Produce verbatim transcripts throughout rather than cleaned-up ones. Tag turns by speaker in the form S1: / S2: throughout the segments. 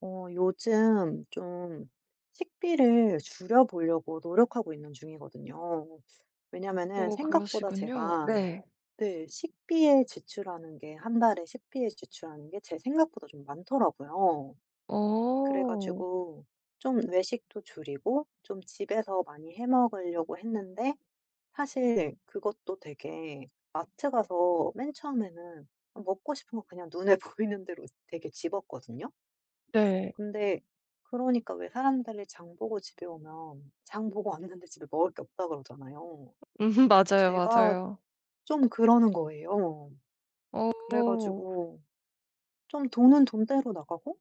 S1: 어, 요즘 좀 식비를 줄여보려고 노력하고 있는 중이거든요. 왜냐면은
S2: 오,
S1: 생각보다
S2: 그러시군요.
S1: 제가
S2: 네.
S1: 네, 식비에 지출하는 게, 한 달에 식비에 지출하는 게 제 생각보다 좀 많더라고요.
S2: 어.
S1: 그래가지고 좀 외식도 줄이고 좀 집에서 많이 해 먹으려고 했는데 사실 그것도 되게 마트 가서 맨 처음에는 먹고 싶은 거 그냥 눈에 보이는 대로 되게 집었거든요.
S2: 네.
S1: 근데 그러니까 왜 사람들이 장 보고 집에 오면 장 보고 왔는데 집에 먹을 게 없다 그러잖아요.
S2: 음. 맞아요,
S1: 제가
S2: 맞아요.
S1: 좀 그러는 거예요. 그래
S2: 어,
S1: 가지고 좀 돈은 돈대로 나가고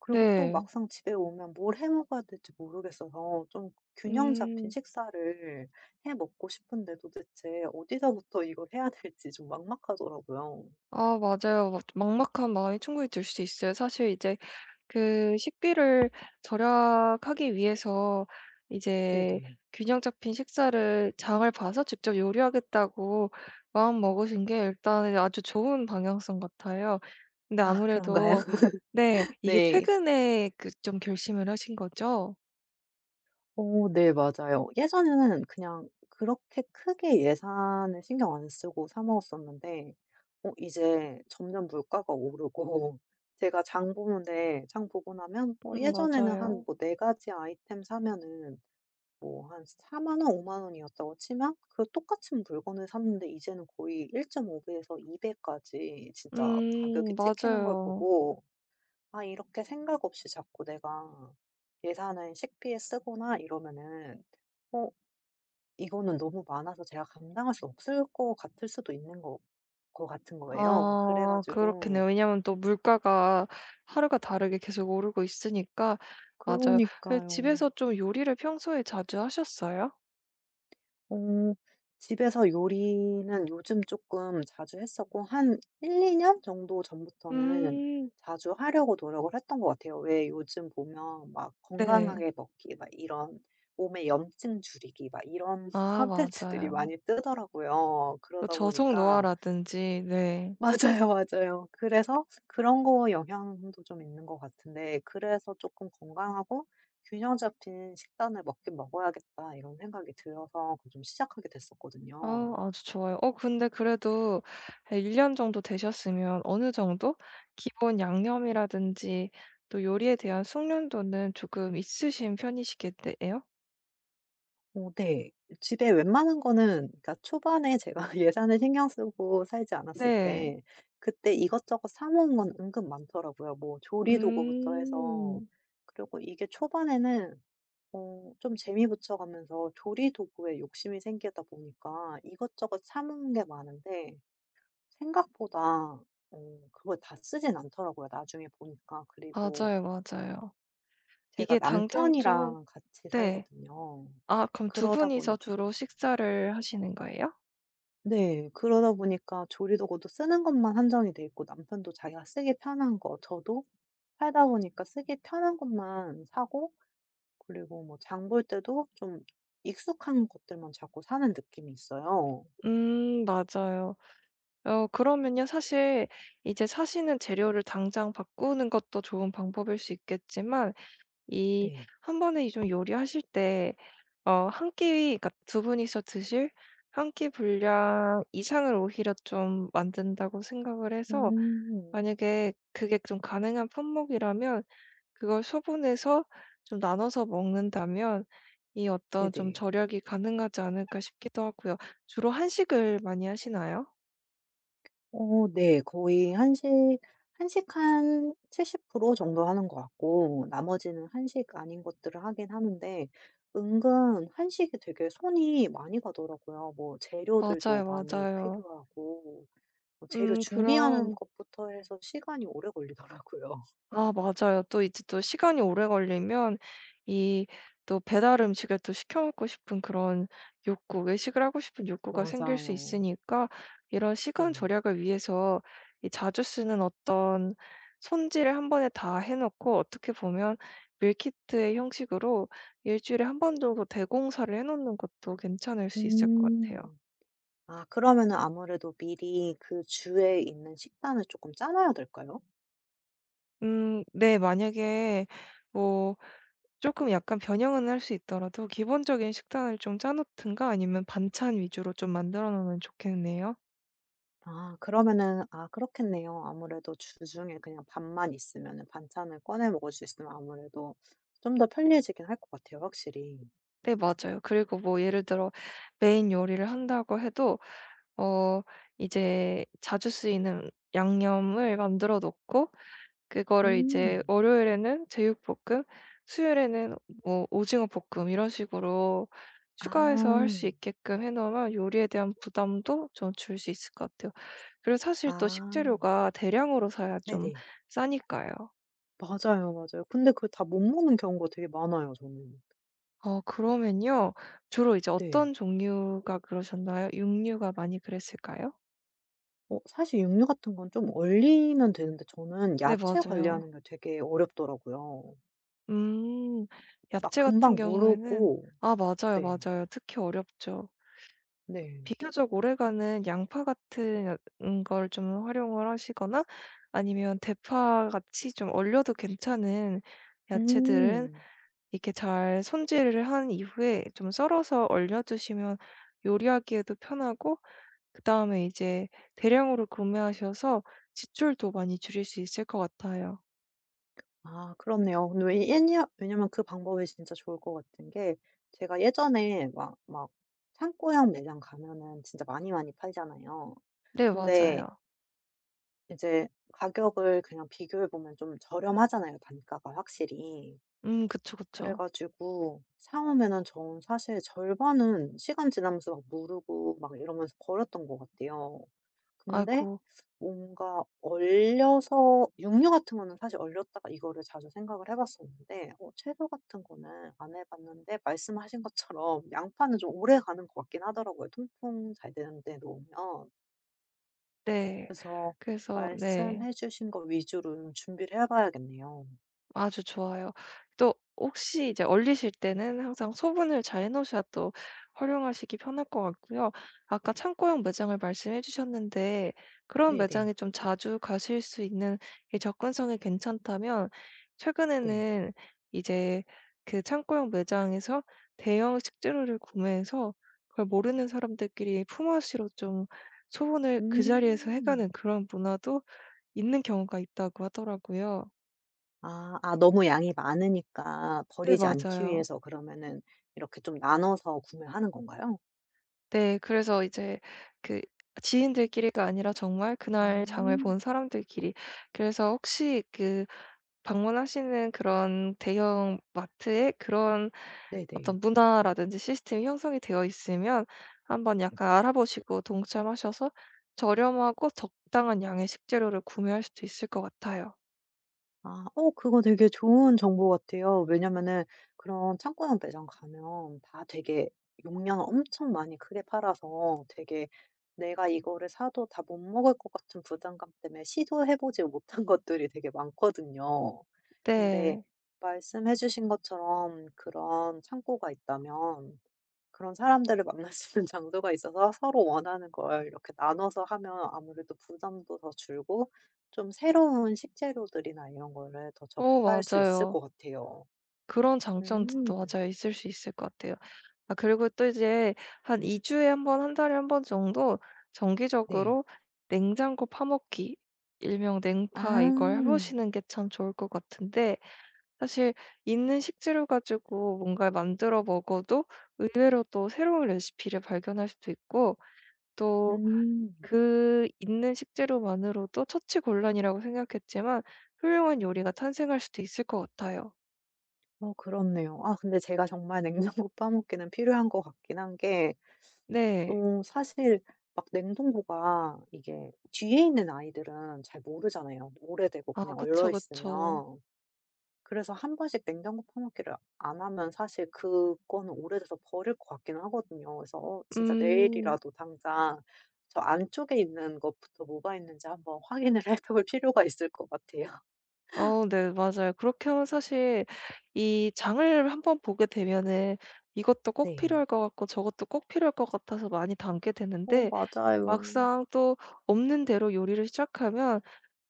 S1: 그리고 또
S2: 네.
S1: 막상 집에 오면 뭘 해 먹어야 될지 모르겠어서 좀 균형 잡힌
S2: 음.
S1: 식사를 해 먹고 싶은데 도대체 어디서부터 이걸 해야 될지 좀 막막하더라고요.
S2: 아, 맞아요. 막 막막한 마음이 충분히 들 수 있어요. 사실 이제 그 식비를 절약하기 위해서 이제
S1: 네네.
S2: 균형 잡힌 식사를 장을 봐서 직접 요리하겠다고 마음 먹으신 게 일단은 아주 좋은 방향성 같아요. 근데
S1: 아 그런가요?
S2: 아무래도, 네, 이게
S1: 네.
S2: 최근에 그 좀 결심을 하신 거죠?
S1: 어 네 맞아요. 예전에는 그냥 그렇게 크게 예산을 신경 안 쓰고 사 먹었었는데 어 이제 점점 물가가 오르고 제가 장 보는데 장 보고 나면 뭐
S2: 음,
S1: 예전에는 한
S2: 맞아요.
S1: 뭐 4 가지 아이템 사면은 뭐 한사만 원, 오만 원이었다고 치면 그 똑같은 물건을 샀는데 이제는 거의 일 점 오 배에서 이 배까지 진짜
S2: 음,
S1: 가격이 찍히는 걸
S2: 맞아요.
S1: 보고 '아 이렇게 생각 없이 자꾸 내가 예산을 식비에 쓰거나 이러면은 어 이거는 너무 많아서 제가 감당할 수 없을 것 같을 수도 있는 거 거 같은 거예요.' 그래
S2: 아, 그렇겠네요.
S1: 가지고
S2: 왜냐면 또 물가가 하루가 다르게 계속 오르고 있으니까. 맞아요. 그
S1: 그러니까요.
S2: 집에서 좀 요리를 평소에 자주 하셨어요?
S1: 어 집에서 요리는 요즘 조금 자주 했었고 한 일 이 년 정도 전부터는
S2: 음,
S1: 자주 하려고 노력을 했던 것 같아요. 왜 요즘 보면 막
S2: 네.
S1: 건강하게 먹기 막 이런 몸에 염증 줄이기 막 이런
S2: 아,
S1: 컨텐츠들이
S2: 맞아요.
S1: 많이 뜨더라고요.
S2: 또
S1: 그러다 보니까
S2: 저속노화라든지, 네.
S1: 맞아요, 맞아요. 그래서 그런 거 영향도 좀 있는 것 같은데 그래서 조금 건강하고 '균형 잡힌 식단을 먹긴 먹어야겠다.' 이런 생각이 들어서 그 좀 시작하게 됐었거든요.
S2: 아, 아주 좋아요. 어, 근데 그래도 일 년 정도 되셨으면 어느 정도 기본 양념이라든지 또 요리에 대한 숙련도는 조금 있으신 편이시겠네요?
S1: 어 네. 집에 웬만한 거는 그러니까 초반에 제가 예산을 신경 쓰고 살지 않았을
S2: 네.
S1: 때 그때 이것저것 사 먹은 건 은근 많더라고요. 뭐 조리도구부터 해서.
S2: 음.
S1: 그리고 이게 초반에는 어 좀 재미 붙여 가면서 조리 도구에 욕심이 생기다 보니까 이것저것 사 먹는 게 많은데 생각보다 어 그걸 다 쓰진 않더라고요 나중에 보니까. 그리고
S2: 맞아요, 맞아요.
S1: 제가
S2: 이게 당장 좀,
S1: 남편이랑 같이
S2: 네.
S1: 살거든요.
S2: 아, 그럼 두
S1: 그러다
S2: 분이서
S1: 보니까
S2: 주로 식사를 하시는 거예요?
S1: 네. 그러다 보니까 조리 도구도 쓰는 것만 한정이 돼 있고 남편도 자기가 쓰기 편한 거 저도 살다 보니까 쓰기 편한 것만 사고 그리고 뭐 장볼 때도 좀 익숙한 것들만 자꾸 사는 느낌이 있어요.
S2: 음, 맞아요. 어, 그러면요, 사실 이제 사시는 재료를 당장 바꾸는 것도 좋은 방법일 수 있겠지만, 이
S1: 네.
S2: 한 번에 이 좀 요리하실 때 어 한 끼, 그러니까 두 분이서 드실 한 끼 분량 이상을 오히려 좀 만든다고 생각을 해서
S1: 음.
S2: 만약에 그게 좀 가능한 품목이라면 그걸 소분해서 좀 나눠서 먹는다면 이 어떤 좀
S1: 네네.
S2: 절약이 가능하지 않을까 싶기도 하고요. 주로 한식을 많이 하시나요?
S1: 어 네. 거의 한식 한식 한 칠십 프로 정도 하는 것 같고 나머지는 한식 아닌 것들을 하긴 하는데 은근 한식이 되게 손이 많이 가더라고요. 뭐 재료들도
S2: 맞아요,
S1: 많이
S2: 맞아요.
S1: 필요하고 뭐 재료
S2: 음,
S1: 준비하는
S2: 그럼.
S1: 것부터 해서 시간이 오래 걸리더라고요.
S2: 아, 맞아요. 또 이제 또 시간이 오래 걸리면 이 또 배달 음식을 또 시켜 먹고 싶은 그런 욕구, 외식을 하고 싶은 욕구가 생길 수
S1: 맞아요.
S2: 있으니까 이런 시간
S1: 네.
S2: 절약을 위해서 이 자주 쓰는 어떤 손질을 한 번에 다 해 놓고 어떻게 보면 밀키트의 형식으로 일 주일에 한 번 정도 대공사를 해 놓는 것도 괜찮을 수 있을 것 같아요.
S1: 음. 아 그러면은 아무래도 미리 그 주에 있는 식단을 쪼끔 짜놔야 될까요?
S2: 음, 네. 만약에 뭐 조금 약간 변형은 할 수 있더라도 기본적인 식단을 좀 짜 놓든가 아니면 반찬 위주로 좀 만들어 놓으면 좋겠네요.
S1: 아 그러면은 아 그렇겠네요. 아무래도 주중에 그냥 밥만 있으면은 반찬을 꺼내 먹을 수 있으면 아무래도 좀 더 편리해지긴 할 것 같아요 확실히.
S2: 네, 맞아요. 그리고 뭐 예를 들어 메인 요리를 한다고 해도 어 이제 자주 쓰이는 양념을 만들어 놓고 그거를 이제
S1: 음.
S2: 월요일에는 제육볶음, 수요일에는 뭐 오징어 볶음 이런 식으로 추가해서 할
S1: 아.
S2: 수 있게끔 해 놓으면 요리에 대한 부담도 좀 줄 수 있을 것 같아요. 그리고 사실 또
S1: 아.
S2: 식재료가 대량으로 사야 좀
S1: 네네.
S2: 싸니까요.
S1: 맞아요, 맞아요. 근데 그걸 다 못 먹는 경우가 되게 많아요 저는.
S2: 어, 그러면요. 주로 이제
S1: 네.
S2: 어떤 종류가 그러셨나요? 육류가 많이 그랬을까요?
S1: 어 사실 육류 같은 건 좀 얼리면 되는데 저는
S2: 네,
S1: 야채
S2: 맞아요.
S1: 관리하는 게 되게 어렵더라고요.
S2: 음.
S1: 막
S2: 야채 같은
S1: 금방
S2: 경우에는
S1: 무르고
S2: 아, 맞아요,
S1: 네.
S2: 맞아요. 특히 어렵죠.
S1: 네.
S2: 비교적 오래가는 양파 같은 음 걸 좀 활용을 하시거나 아니면 대파 같이 좀 얼려도 괜찮은 야채들은
S1: 음.
S2: 이렇게 잘 손질을 한 이후에 좀 썰어서 얼려 두시면 요리하기에도 편하고 그다음에 이제 대량으로 구매하셔서 지출도 많이 줄일 수 있을 것 같아요.
S1: 아 그렇네요. 근데 왜 옛냐 왜냐면 그 방법이 진짜 좋을 것 같은 게 제가 예전에 막 막 창고형 매장 가면은 진짜 많이 많이 팔잖아요.
S2: 네,
S1: 근데
S2: 맞아요.
S1: 이제 가격을 그냥 비교해 보면 좀 저렴하잖아요, 단가가 확실히.
S2: 음, 그쵸,
S1: 그래
S2: 그쵸.
S1: 가지고 사 오면은 전 사실 절반은 시간 지나면서 막 무르고 막 이러면서 버렸던 것 같아요. 근데
S2: 아이고.
S1: 뭔가 얼려서 육류 같은 거는 사실 얼렸다가 이거를 자주 생각을 해 봤었는데 어 채소 같은 거는 안 해 봤는데 말씀하신 것처럼 양파는 좀 오래가는 것 같긴 하더라고요, 통풍 잘 되는 데 놓으면.
S2: 네.
S1: 그래서
S2: 그래서 네.
S1: 말씀해 주신 거 위주로 좀 준비를 해 봐야겠네요.
S2: 아주 좋아요. 또 혹시 이제 얼리실 때는 항상 소분을 잘 해 놓으셔야 또 활용하시기 편할 것 같고요. 아까 창고형 매장을 말씀해 주셨는데 그런
S1: 네네.
S2: 매장에 좀 자주 가실 수 있는 이 접근성이 괜찮다면
S1: 네.
S2: 최근에는 이제 그 창고형 매장에서 대형 식재료를 구매해서 그걸 모르는 사람들끼리 품앗이로 좀 소분을 그 자리에서 해
S1: 음.
S2: 가는 그런 문화도 있는 경우가 있다고 하더라고요.
S1: 아. 아 너무 양이 많으니까
S2: 네,
S1: 버리지 않기
S2: 맞아요.
S1: 위해서 그러면은 이렇게 좀 나눠서 구매하는 건가요?
S2: 네. 그래서 이제 그 지인들끼리가 아니라 정말
S1: 아.
S2: 그날 장을 본 사람들끼리. 그래서 혹시 그 방문하시는 그런 대형 마트에 그런
S1: 네네.
S2: 어떤 문화라든지 시스템이 형성이 되어 있으면 한번 약간 알아보시고 동참하셔서 저렴하고 적당한 양의 식재료를 구매할 수도 있을 것 같아요.
S1: 아. 어 그거 되게 좋은 정보 같아요. 왜냐면은 그런 창고형 매장 가면 다 되게 용량을 엄청 많이 크게 팔아서 되게 내가 이거를 사도 다 못 먹을 것 같은 부담감 때문에 시도해 보지 못한 것들이 되게 많거든요. 근데
S2: 네.
S1: 말씀해 주신 것처럼 그런 창고가 있다면 그런 사람들을 만날 수 있는 장소가 있어서 서로 원하는 걸 이렇게 나눠서 하면 아무래도 부담도 더 줄고 좀 새로운 식재료들이나 이런 거를 더
S2: 어,
S1: 접할 수 있을
S2: 맞아요.
S1: 것 같아요.
S2: 그런 장점도 또
S1: 음.
S2: 맞아요, 있을 수 있을 것 같아요. 아, 그리고 또 이제 한 이 주에 한 번, 한 달에 한 번 정도
S1: 네.
S2: 정기적으로 냉장고 파먹기, 일명 냉파, 이걸 해
S1: 아.
S2: 보시는 게 참 좋을 것 같은데 사실 있는 식재료 가지고 뭔가를 만들어 먹어도 의외로 또 새로운 레시피를 발견할 수도 있고 또
S1: 음.
S2: 그 있는 식재료만으로도 처치곤란이라고 생각했지만 훌륭한 요리가 탄생할 수도 있을 것 같아요.
S1: 어 그렇네요. 아 근데 제가 정말 냉장고 빠먹기는 필요한 것 같긴 한 게
S2: 네.
S1: 어 사실 막 냉동고가 이게 뒤에 있는 아이들은 잘 모르잖아요, 오래되고
S2: 아,
S1: 그냥 얼려
S2: 그쵸, 그쵸.
S1: 있으면. 그래서 한 번씩 냉장고 파먹기를 안 하면 사실 그거는 오래돼서 버릴 것 같긴 하거든요. 그래서 어 진짜
S2: 음.
S1: 내일이라도 당장 저 안쪽에 있는 것부터 뭐가 있는지 한번 확인을 해볼 필요가 있을 것 같아요.
S2: 어, 네, 맞아요. 그렇게 하면 사실 이 장을 한번 보게 되면은 이것도 꼭
S1: 네.
S2: 필요할 것 같고 저것도 꼭 필요할 것 같아서 많이 담게
S1: 어
S2: 되는데
S1: 맞아요.
S2: 막상 또 없는 대로 요리를 시작하면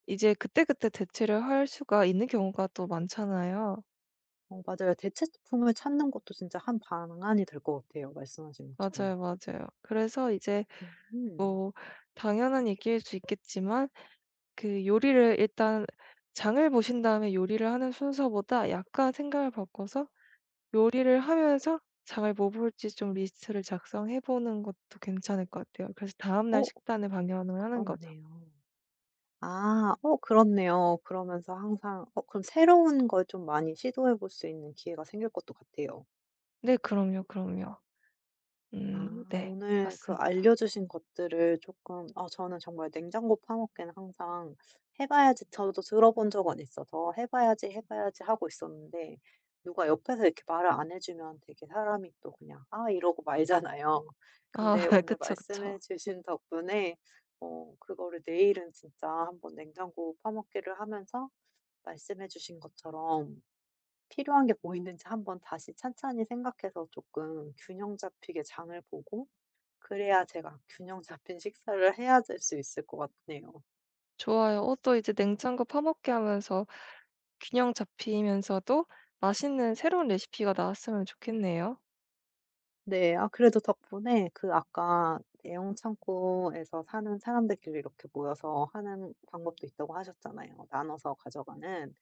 S2: 이제 그때그때 대체를 할 수가 있는 경우가 또 많잖아요.
S1: 어 맞아요. 대체품을 찾는 것도 진짜 한 방안이 될 것 같아요, 말씀하신 것처럼.
S2: 맞아요, 맞아요. 그래서 이제
S1: 음.
S2: 뭐 당연한 얘기일 수 있겠지만 그 요리를 일단 장을 보신 다음에 요리를 하는 순서보다 약간 생각을 바꿔서 요리를 하면서 잘 뭐 볼지 좀 리스트를 작성해 보는 것도 괜찮을 것 같아요. 그래서 다음 날
S1: 어
S2: 식단을 방향을 하는 거죠.
S1: 그렇네요. 아 어 그렇네요. 그러면서 항상 어 그럼 새로운 걸 좀 많이 시도해 볼 수 있는 기회가 생길 것도 같아요.
S2: 네, 그럼요, 그럼요. 음,
S1: 아
S2: 네.
S1: 오늘 그
S2: 맞습니다.
S1: 알려주신 것들을 조금 아 저는 정말 냉장고 파먹기는 항상 해 봐야지 저도 들어본 적은 있어서 '해 봐야지, 해 봐야지.' 하고 있었는데 누가 옆에서 이렇게 말을 안 해 주면 되게 사람이 또 그냥 '아.' 이러고 말잖아요.
S2: 아
S1: 근데 오늘
S2: 그쵸,
S1: 말씀해
S2: 그쵸.
S1: 주신 덕분에 어 그거를 내일은 진짜 한번 냉장고 파먹기를 하면서 말씀해 주신 것처럼 필요한 게 뭐 있는지 한번 다시 찬찬히 생각해서 조금 균형 잡히게 장을 보고 그래야 제가 균형 잡힌 식사를 해야 될 수 있을 것 같네요.
S2: 좋아요. 어, 또 이제 냉장고 파먹기 하면서 균형 잡히면서도 맛있는 새로운 레시피가 나왔으면 좋겠네요.
S1: 네. 아 그래도 덕분에 그 아까 대형 창고에서 사는 사람들끼리 이렇게 모여서 하는 방법도 있다고 하셨잖아요, 나눠서 가져가는.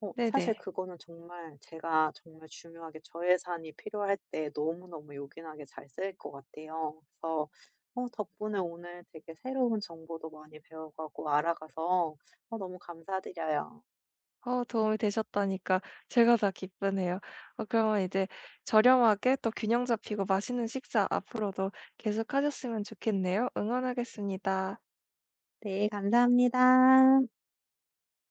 S1: 어
S2: 네네.
S1: 사실 그거는 정말 제가 정말 중요하게 저예산이 필요할 때 너무너무 요긴하게 잘 쓸 것 같아요. 그래서 어 덕분에 오늘 되게 새로운 정보도 많이 배워가고 알아가서 어 너무 감사드려요.
S2: 어, 도움이 되셨다니까 제가 다 기쁘네요. 어, 그러면 이제 저렴하게 또 균형 잡히고 맛있는 식사 앞으로도 계속하셨으면 좋겠네요. 응원하겠습니다.
S1: 네. 감사합니다.